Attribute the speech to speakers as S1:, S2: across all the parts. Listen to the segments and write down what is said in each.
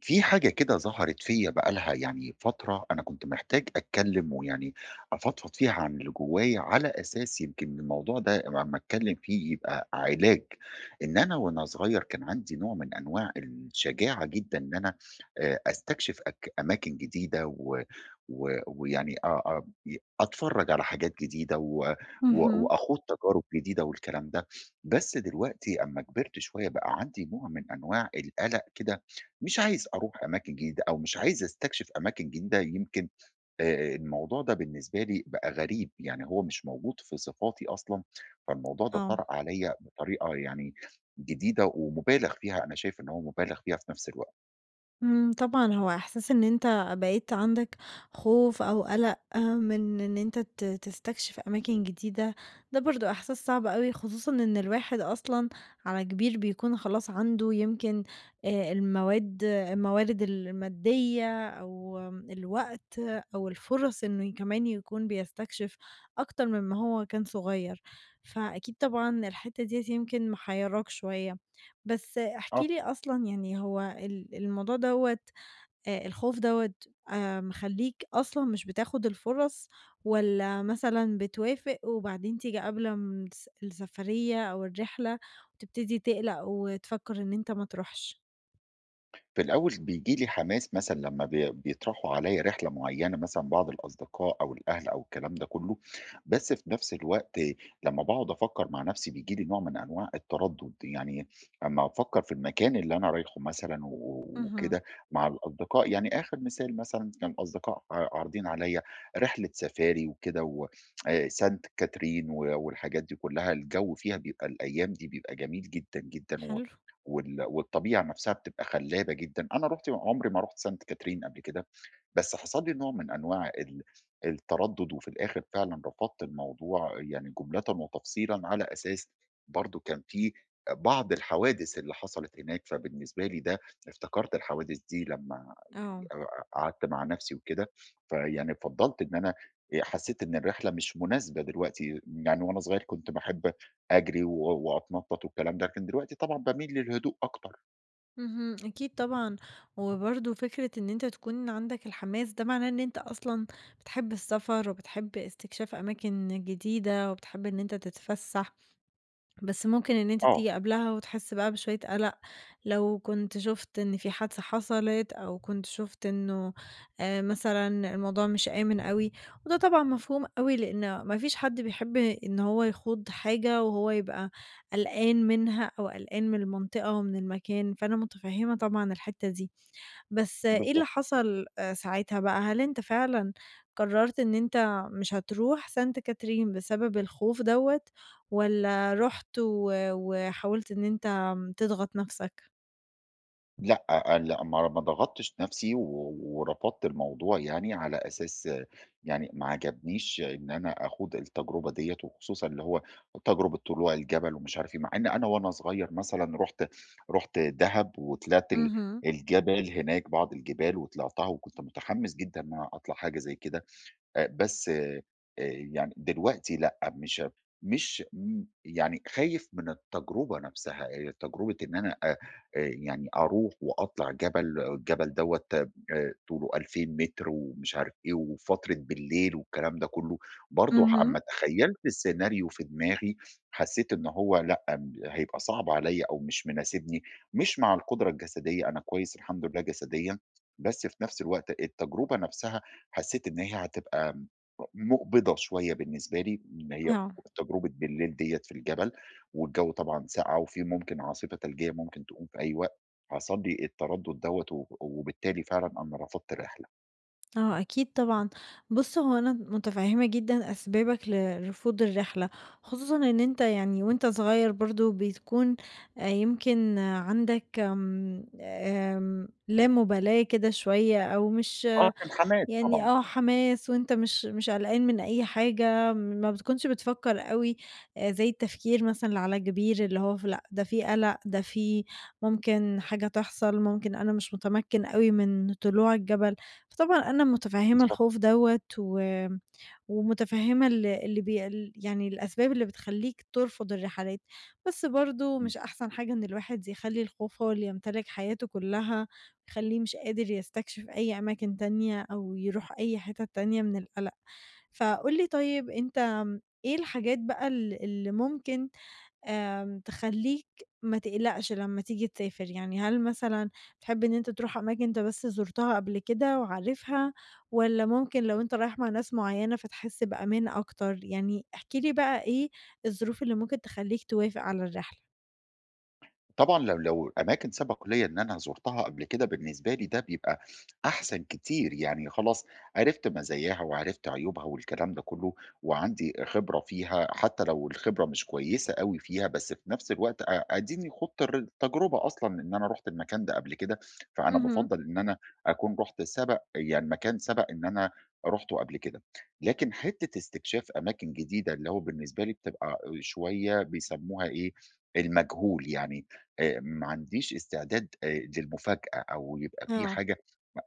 S1: في حاجة كده ظهرت فيّا بقى لها يعني فترة، أنا كنت محتاج أتكلّم ويعني أفضفض فيها عن اللي جوايا، على أساس يمكن الموضوع ده لمّا أتكلّم فيه يبقى علاج. إن أنا وأنا صغير كان عندي نوع من أنواع الشجاعة جدًا إن أنا أستكشف أماكن جديدة و و ويعني أ أ ي أتفرّج على حاجات جديدة و
S2: اهم،
S1: وأخوض تجارب جديدة والكلام ده. بس دلوقتي أمّا كبرت شوية بقى عندي نوع من أنواع القلق كده، مش عايز أروح أماكن جديدة أو مش عايز أستكشف أماكن جديدة، يمكن الموضوع ده بالنسبة لي بقى غريب، يعني هو مش موجود في صفاتي أصلًا، فالموضوع ده
S2: آه،
S1: طَرَأ عليّا بطريقة يعني جديدة ومُبالغ فيها، أنا شايف إن هو مُبالغ فيها في نفس الوقت.
S2: إمم، طبعًا هو إحساس إن أنت بقيت عندك خوف أو قلق آه، من إن أنت تستكشف أماكن جديدة، ده برضه إحساس صعب أوي، خصوصًا إن الواحد أصلًا على كبير بيكون خلاص عنده يمكن الموارد المادية أو الوقت أو الفُرَص إنه كمان يكون بيستكشف أكتر مما هو كان صغير، فأكيد طبعًا الحتّة ديّة يمكن محيّراك شوية. بس احكِ
S1: آه،
S2: لي أصلًا يعني هو الموضوع دوّة الخوف دوّة مخلّيك أصلًا مش بتاخد الفُرَص والّا مثلًا بتوافق وبعدين تيجي قبل م السفرية أو الرحلة وتبتدي تقلق وتفكّر إن أنت ما تروحش؟
S1: في الأول بييجي لي حماس مثلًا لمّا بيطرحوا عليّا رحلة معيّنة مثلًا بعض الأصدقاء أو الأهل أو الكلام ده كلّه، بس في نفس الوقت لمّا باقعد أفكّر مع نفسي بييجي لي نوع من أنواع التردُّد، يعني أمّا أفكّر في المكان اللي أنا رايحه مثلًا
S2: اهم،
S1: وكده مع الأصدقاء، يعني آخر مثال مثلًا كان الأصدقاء عارضين عليّا رحلة سفاري وكده و سانت كاترين والحاجات دي كلّها، الجو فيها بيبقى الأيام دي بيبقى جميل جدًا، جدًا و
S2: حلو،
S1: وال والطبيعة نفسها بتبقى خلابة جدًا، أنا رُحت عمري ما رُحت سانت كاترين قبل كده، بس حصل لي نوع من أنواع التردد، وفي الآخر فعلًا رفضت الموضوع يعني جملةً وتفصيلًا، على أساس برضه كان في بعض الحوادث اللي حصلت هناك، فبالنسبة لي ده افتكرت الحوادث دي لمّا يعني
S2: آه،
S1: ق قعدت مع نفسي وكده، فيعني فضّلت إن أنا حسيت إن الرحلة مش مناسبة دلوقتي، يعني وأنا صغير كنت باحب أجري وأتنطط والكلام ده، لكن دلوقتي طبعًا باميل للهدوء أكتر.
S2: اهم، أكيد طبعًا، وبرضه فكرة إن أنت تكون عندك الحماس ده معناه إن أنت أصلًا بتحب السفر وبتحب استكشاف أماكن جديدة وبتحب إن أنت تتفسّح، بس ممكن إن أنتِ
S1: آه،
S2: تيجي قبلها وتحسّي بقى بشوية قَلَق، لو كنت شُفت إن في حادثة حصلت أو كنت شُفت إنه مثلًا الموضوع مش آمن أوي، وده طبعًا مفهوم أوي لإن ما فيش حد بيحب إن هو يخوض حاجة وهو يبقى قلقان منها أو قلقان من المنطقة ومن المكان، فأنا متفهّمة طبعًا الحتّة دي. بس إيه اللي
S1: بالضبط.
S2: حصل ساعتها بقى؟ هل أنت فعلًا قررت إن أنت مش هتروح سانت كاترين بسبب الخوف دوّة، والّا رُحت وحاولت إن أنت تضغط نفسك؟
S1: لأ، لأ ما ضغطتش نفسي ورفضت الموضوع يعني على أساس آه، يعني ما عجبنيش إن أنا أخوض التجربة ديّة، وخصوصًا اللي هو تجربة طلوع الجبل ومش عارف إيه، مع إن أنا وأنا صغير مثلًا رُحت دهب وطلعت
S2: اهم،
S1: الجبال هناك، بعض الجبال وطلعتها وكنت متحمس جدًا إن أنا أطلع حاجة زي كده. بس يعني دلوقتي لأ، مش يعني خايف من التجربة نفسها، تجربة إن أنا أ يعني أروح وأطلع جبل، آه، الجبل دوّة طوله 2000 متر ومش عارف إيه، وفترة بالليل والكلام ده كله، برضه
S2: اهم.
S1: أمّا تخيّلت السيناريو في دماغي، حسّيت إن هو لأ، هيبقى صعب عليّا أو مش مناسبني، مش مع القدرة الجسدية، أنا كويس الحمد لله جسديًا، بس في نفس الوقت التجربة نفسها حسيت إن هي هتبقى مُقبِضة شوية بالنسبة لي، إن هي
S2: آه،
S1: تجربة بالليل ديّة في الجبل، والجو طبعًا ساقعة وفي ممكن عاصفة ثلجية ممكن تقوم في أي وقت، حصل لي التردُّد دوّة، وبالتالي فعلًا أنا رفضت الرحلة.
S2: آه أكيد طبعًا. بُص هو أنا متفهمة جدًا أسبابك لرفض الرحلة، خصوصًا إن أنت يعني وأنت صغير برضه بتكون يمكن آه، عندك آمم، لا مبالاة كده شوية أو مش
S1: آه، كان حماس
S2: يعني
S1: طبعًا،
S2: آه، حماس وأنت مش قلقان من أي حاجة، ما بتكونش بتفكّر أوي زي التفكير مثلًا اللي على الكبير، اللي هو لأ ده في قلق، ده في ممكن حاجة تحصل، ممكن أنا مش متمكن أوي من طلوع الجبل، فطبعًا أنا متفهّمة
S1: بالضبط.
S2: الخوف دوّة ومتفهّمة ال اللي بي ال يعني الأسباب اللي بتخلّيك ترفض الرحلات، بس برضه
S1: إمم.
S2: مش أحسن حاجة إن الواحد يخلّي الخوف هو اللي يمتلك حياته كلّها. يخلّيه مش قادر يستكشف أي أماكن تانية أو يروح أي حتت تانية من القلق. فقُل لي طيب أنت آمم، إيه الحاجات بقى اللي ممكن آمم، تخلّيك ما تقلقش لمّا تيجي تسافر؟ يعني هل مثلًا بتحب إن أنت تروح أماكن أنت بس زُرتها قبل كده وعارفها، والّا ممكن لو أنت رايح مع ناس معيّنة فتحس بأمان أكتر؟ يعني احكِ لي بقى إيه الظروف اللي ممكن تخلّيك توافق على الرحلة؟
S1: طبعًا لو أماكن سبق ليّا إن أنا زُرتها قبل كده، بالنسبة لي ده بيبقى أحسن كتير، يعني خلاص عرفت مزاياها وعرفت عيوبها والكلام ده كلّه، وعندي خبرة فيها، حتى لو الخبرة مش كويسة أوي فيها، بس في نفس الوقت أديني خُضت التجربة أصلًا إن أنا رُحت المكان ده قبل كده، فأنا
S2: اهم.
S1: بافضّل إن أنا أكون رُحت سبق يعني مكان سبق إن أنا رُحته قبل كده. لكن حتّة استكشاف أماكن جديدة، اللي هو بالنسبة لي بتبقى شوية بيسموها إيه، المجهول، يعني ما عنديش استعداد للمفاجأة أو يبقى في
S2: آه.
S1: حاجة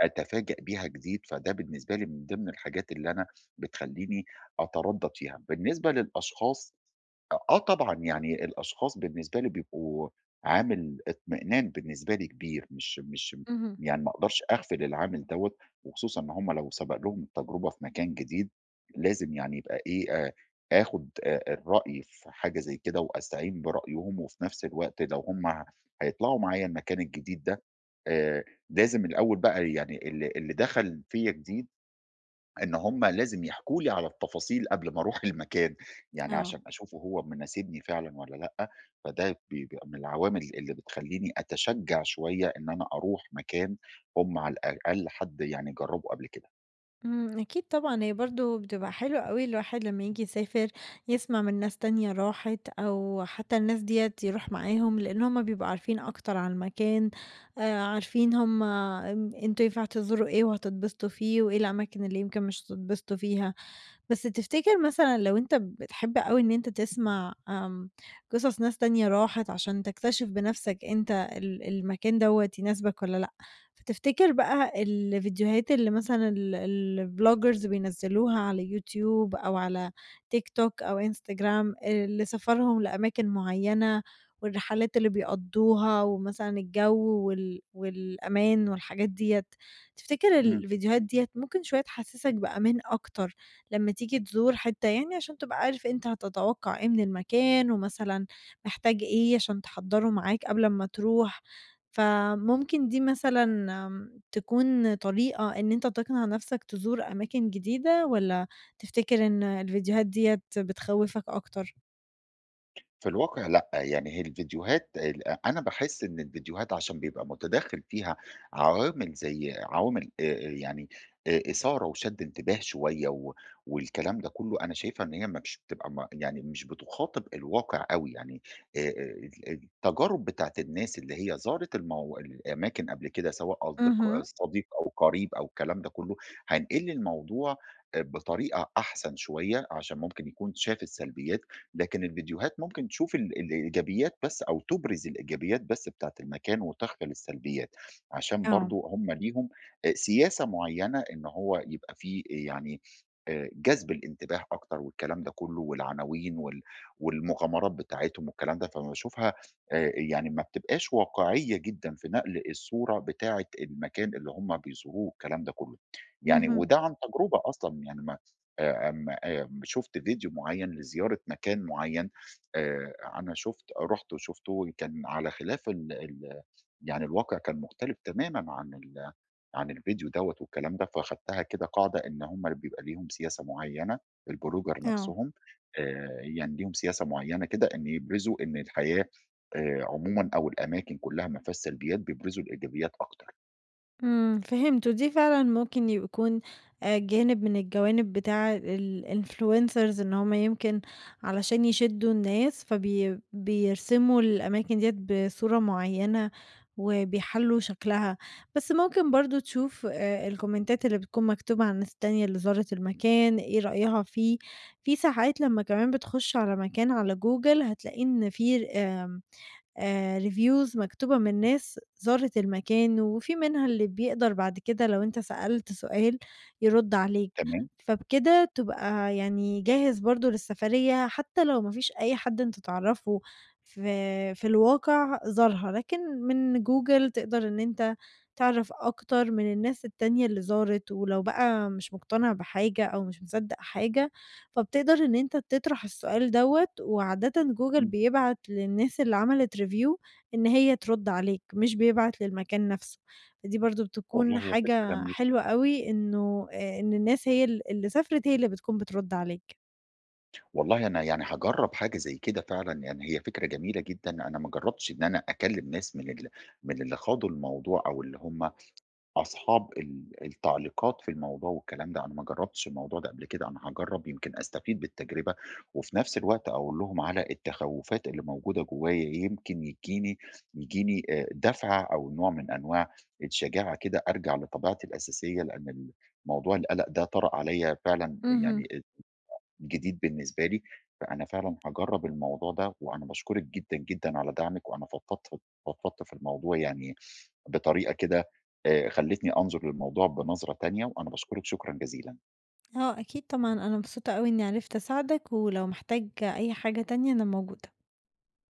S1: أتفاجأ بيها جديد، فده بالنسبة لي من ضمن الحاجات اللي أنا بتخلّيني أتردّد فيها. بالنسبة للأشخاص، آه طبعًا، يعني الأشخاص بالنسبة لي بيبقوا عامل اطمئنان بالنسبة لي كبير، مش
S2: اهم.
S1: يعني ما أقدرش أغفل العامل دوّة، وخصوصًا إن هم لو سبق لهم التجربة في مكان جديد، لازم يعني يبقى إيه، آخُد الرأي في حاجة زي كده وأستعين برأيهم، وفي نفس الوقت لو هم هيطلعوا معايا المكان الجديد ده، آآ لازم الأول بقى يعني اللي دخل فيّا جديد، إن هم لازم يحكوا لي على التفاصيل قبل ما أروح المكان، يعني
S2: آه.
S1: عشان أشوفه هو مناسبني فعلًا والّا لأ، فده بيبقى من العوامل اللي بتخلّيني أتشجع شوية إن أنا أروح مكان هم على الأقل حد يعني جرّبه قبل كده.
S2: إمم، أكيد طبعًا، هي برضه بتبقى حلوة أوي الواحد لمّا ييجي يسافر يسمع من ناس تانية راحت، أو حتى الناس ديّة يروح معاهم، لإن هُم بيبقوا عارفين أكتر عن المكان، عارفين هُم آمم، أنتم ينفع تزوروا إيه وهتتبسطوا فيه، وإيه الأماكن اللي يمكن مش هتتبسطوا فيها. بس تفتكر مثلًا لو أنت بتحب أوي إن أنت تسمع آمم، قصص ناس تانية راحت عشان تكتشف بنفسك أنت المكان دوّة يناسبك والّا لأ، فتفتكر بقى الفيديوهات اللي مثلًا الvloggers بينزلوها على يوتيوب أو على TikTok أو Instagram اللي سفرهم لأماكن معينة والرحلات اللي بيقضوها ومثلًا الجو والأمان والحاجات ديّة، تفتكر
S1: إمم.
S2: الفيديوهات ديّة ممكن شوية تحسسك بأمان أكتر لمّا تيجي تزور حتّة يعني عشان تبقى عارف أنت هتتوقّع إيه من المكان، ومثلًا محتاج إيه عشان تحضّره معاك قبل أمّا تروح، فممكن دي مثلًا آمم تكون طريقة إن أنت تقنع نَفْسك تزور أماكن جديدة والّا تفتكر إن الفيديوهات ديّة بتخوّفك أكتر؟
S1: في الواقع لأ، يعني هي الفيديوهات ال أنا باحس إن الفيديوهات عشان بيبقى متداخل فيها عوامل يعني إثارة وشَد انتباه شوية والكلام ده كلّه، أنا شايفها إن هي مش بتبقى يعني مش بتخاطب الواقع أوي، يعني التجارب بتاعة الناس اللي هي زارت الأماكن قبل كده سواء
S2: اهم.
S1: صديق أو قريب أو الكلام ده كلّه، هينقل لي الموضوع بطريقة أحسن شوية عشان ممكن يكون شاف السلبيات، لكن الفيديوهات ممكن تشوف الإيجابيات بس أو تُبرز الإيجابيات بس بتاعة المكان وتغفل السلبيات، عشان
S2: آه،
S1: برضه هم ليهم سياسة معيّنة إن هو يبقى في يعني جذب الانتباه أكتر والكلام ده كُلّه، والعناوين والمغامرات بتاعتهم والكلام ده، فباشوفها يعني ما بتبقاش واقعية جدًا في نقل الصورة بتاعة المكان اللي هم بيظهروه والكلام ده كُلّه، يعني
S2: اهم،
S1: وده عن تجربة أصلًا يعني آمم آمم شُفت فيديو معيّن لزيارة مكان معيّن، أنا شُفت رُحت وشُفته كان على خلاف ال ال يعني الواقع كان مختلف تمامًا عن عن الفيديو دوّة والكلام ده، فاخدتها كده قاعدة إن هم بيبقى ليهم سياسة معيّنة، البلوجر
S2: آه.
S1: نَفْسهم يعني ليهم سياسة معيّنة كده إن يبرزوا إن الحياة عمومًا أو الأماكن كُلّها ما فيهاش سلبيات، بيبرزوا الإيجابيات أكتر،
S2: إمم، فهمت، ودي فعلًا ممكن يكون جانب من الجوانب بتاع الinfluencers إن هُم يمكن علشان يشدّوا الناس بيرسموا الأماكن ديّة بصورة معيّنة وبيحَلّوا شكلها، بس ممكن برضه تشوف الكومنتات اللي بتكون مكتوبة عن الناس التانية اللي زارت المكان، إيه رأيها فيه، في ساعات لمّا كمان بتخُش على مكان على جوجل هتلاقي إن في reviews مكتوبة من ناس زارت المكان، وفي منها اللي بيقدر بعد كده لو أنت سألت سؤال يرُد عليك،
S1: تمام،
S2: فبكده تبقى يعني جاهز برضه للسفرية، حتى لو ما فيش أي حد أنت تعرفه في الواقع زارها، لكن من جوجل تقدر إن أنت تعرف أكتر من الناس التانية اللي زارت، ولو بقى مش مقتنع بحاجة أو مش مصدق حاجة فبتقدر إن أنت تطرح السؤال دوّة، وعادةً جوجل
S1: إمم،
S2: بيبعت للناس اللي عملت review إن هي ترد عليك، مش بيبعت للمكان نفسه، فدي برضه بتكون
S1: والله هي فكرة
S2: حاجة
S1: جميلة.
S2: حلوة أوي إنه إن الناس هي اللي سافرت هي اللي بتكون بترد عليك.
S1: والله أنا يعني هاجرّب حاجة زي كده فعلًا، يعني هي فكرة جميلة جدًا، أنا ما جرّبتش إن أنا أكلّم ناس من اللي خاضوا الموضوع أو اللي هم أصحاب التعليقات في الموضوع والكلام ده، أنا ما جرّبتش الموضوع ده قبل كده، أنا هاجرّب يمكن أستفيد بالتجربة، وفي نفس الوقت أقول لهم على التخوّفات اللي موجودة جوايا، يمكن يجيني دَفعة أو نوع من أنواع الشجاعة كده أرجع لطبيعتي الأساسية، لأن موضوع القلق ده طَرَأ عليّا فعلًا
S2: اهم.
S1: يعني جديد بالنسبة لي، فأنا فعلًا هاجرّب الموضوع ده، وأنا باشكرِك جدًا، جدًا على دعمِك، وأنا فضفضت في الموضوع يعني بطريقة كده خلّتني أنظُر للموضوع بنظرة تانية، وأنا باشكرِك شكرًا جزيلًا.
S2: آه أكيد طبعًا، أنا مبسوطة أوي إني عرفت أساعدك، ولو محتاج أي حاجة تانية أنا موجودة.